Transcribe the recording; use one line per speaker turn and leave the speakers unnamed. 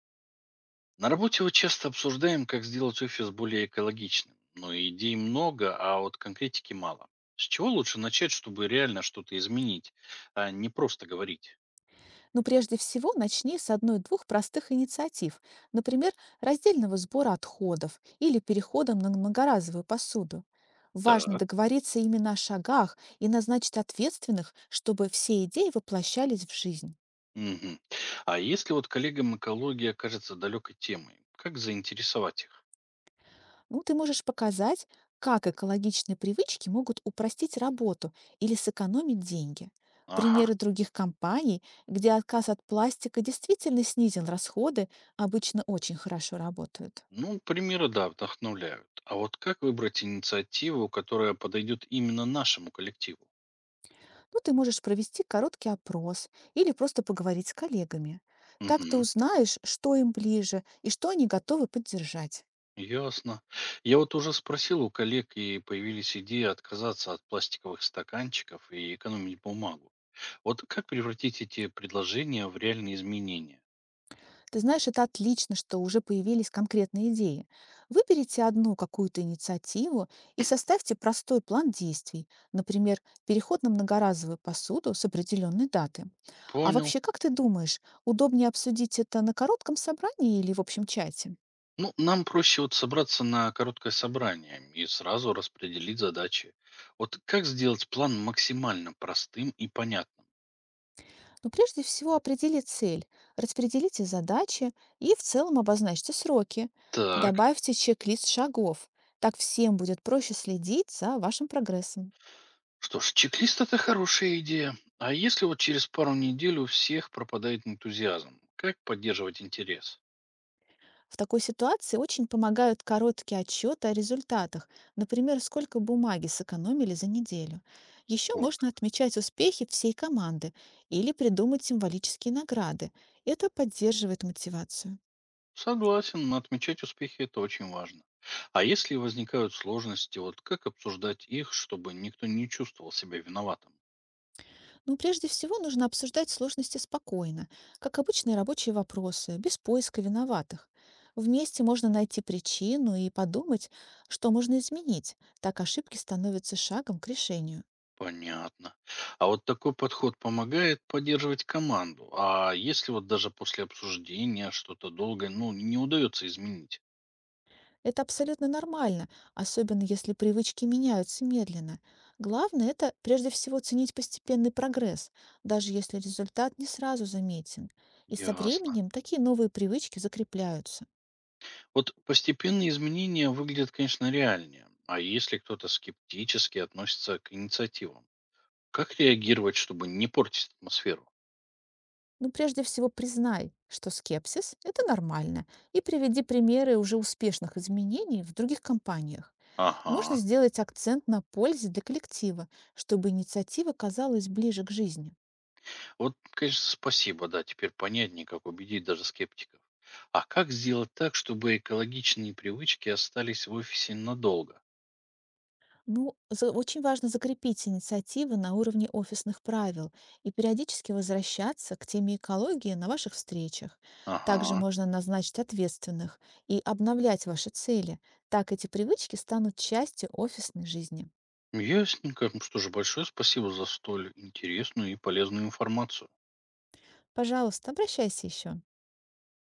На работе вот часто обсуждаем, как сделать офис более экологичным. Но идей много, а вот конкретики мало. С чего лучше начать, чтобы реально что-то изменить, а не просто говорить?
Но прежде всего начни с одной-двух простых инициатив, например, раздельного сбора отходов или перехода на многоразовую посуду. Важно
Так.
договориться именно о шагах и назначить ответственных, чтобы все идеи воплощались в жизнь.
Мгм. А если вот коллегам экология кажется далекой темой, как заинтересовать их?
Ну, ты можешь показать, как экологичные привычки могут упростить работу или сэкономить деньги.
Ага.
Примеры других компаний, где отказ от пластика действительно снизил расходы, обычно очень хорошо работают.
Ну, примеры, да, вдохновляют. А вот как выбрать инициативу, которая подойдет именно нашему коллективу?
Ну, ты можешь провести короткий опрос или просто поговорить с коллегами. Так ты
Мгм.
узнаешь, что им ближе и что они готовы поддержать.
Ясно. Я вот уже спросил у коллег, и появились идеи отказаться от пластиковых стаканчиков и экономить бумагу. Вот как превратить эти предложения в реальные изменения?
Ты знаешь, это отлично, что уже появились конкретные идеи. Выберите одну какую-то инициативу и составьте простой план действий, например, переход на многоразовую посуду с определенной даты. А
Понял.
вообще, как ты думаешь, удобнее обсудить это на коротком собрании или в общем чате?
Ну, нам проще вот собраться на короткое собрание и сразу распределить задачи. Вот как сделать план максимально простым и понятным?
Но прежде всего определи цель, распределите задачи и в целом обозначьте сроки.
Так,
Добавьте чек-лист шагов. Так всем будет проще следить за вашим прогрессом.
что ж, чек-лист это хорошая идея. А если вот через пару недель у всех пропадает энтузиазм, как поддерживать интерес?
В такой ситуации очень помогают короткие отчеты о результатах, например, сколько бумаги сэкономили за неделю. Еще
Вот
можно
как.
отмечать успехи всей команды или придумать символические награды. Это поддерживает мотивацию.
Согласен, отмечать успехи это очень важно. А если возникают сложности, вот как обсуждать их, чтобы никто не чувствовал себя виноватым?
Но прежде всего нужно обсуждать сложности спокойно, как обычные рабочие вопросы, без поиска виноватых. Вместе можно найти причину и подумать, что можно изменить. Так ошибки становятся шагом к решению.
Понятно. А вот такой подход помогает поддерживать команду. А если вот даже после обсуждения что-то долгое, ну, не удается изменить?
Это абсолютно нормально, особенно если привычки меняются медленно. Главное– это прежде всего ценить постепенный прогресс, даже если результат не сразу заметен. И со
Ясно.
временем такие новые привычки закрепляются.
Вот постепенные изменения выглядят, конечно, реальнее. А если кто-то скептически относится к инициативам? Как реагировать, чтобы не портить атмосферу?
Ну, прежде всего, признай, что скепсис– это нормально, и приведи примеры уже успешных изменений в других компаниях. Можно
Ага.
сделать акцент на пользе для коллектива, чтобы инициатива казалась ближе к жизни.
Вот, конечно, спасибо, да, теперь понятнее, как убедить даже скептиков. А как сделать так, чтобы экологичные привычки остались в офисе надолго?
Ну, очень важно закрепить инициативы на уровне офисных правил и периодически возвращаться к теме экологии на ваших встречах. Также
Ага,
можно назначить ответственных и обновлять ваши цели. Так эти привычки станут частью офисной жизни.
ясненько. Ну что же, большое спасибо за столь интересную и полезную информацию.
Пожалуйста, обращайся еще.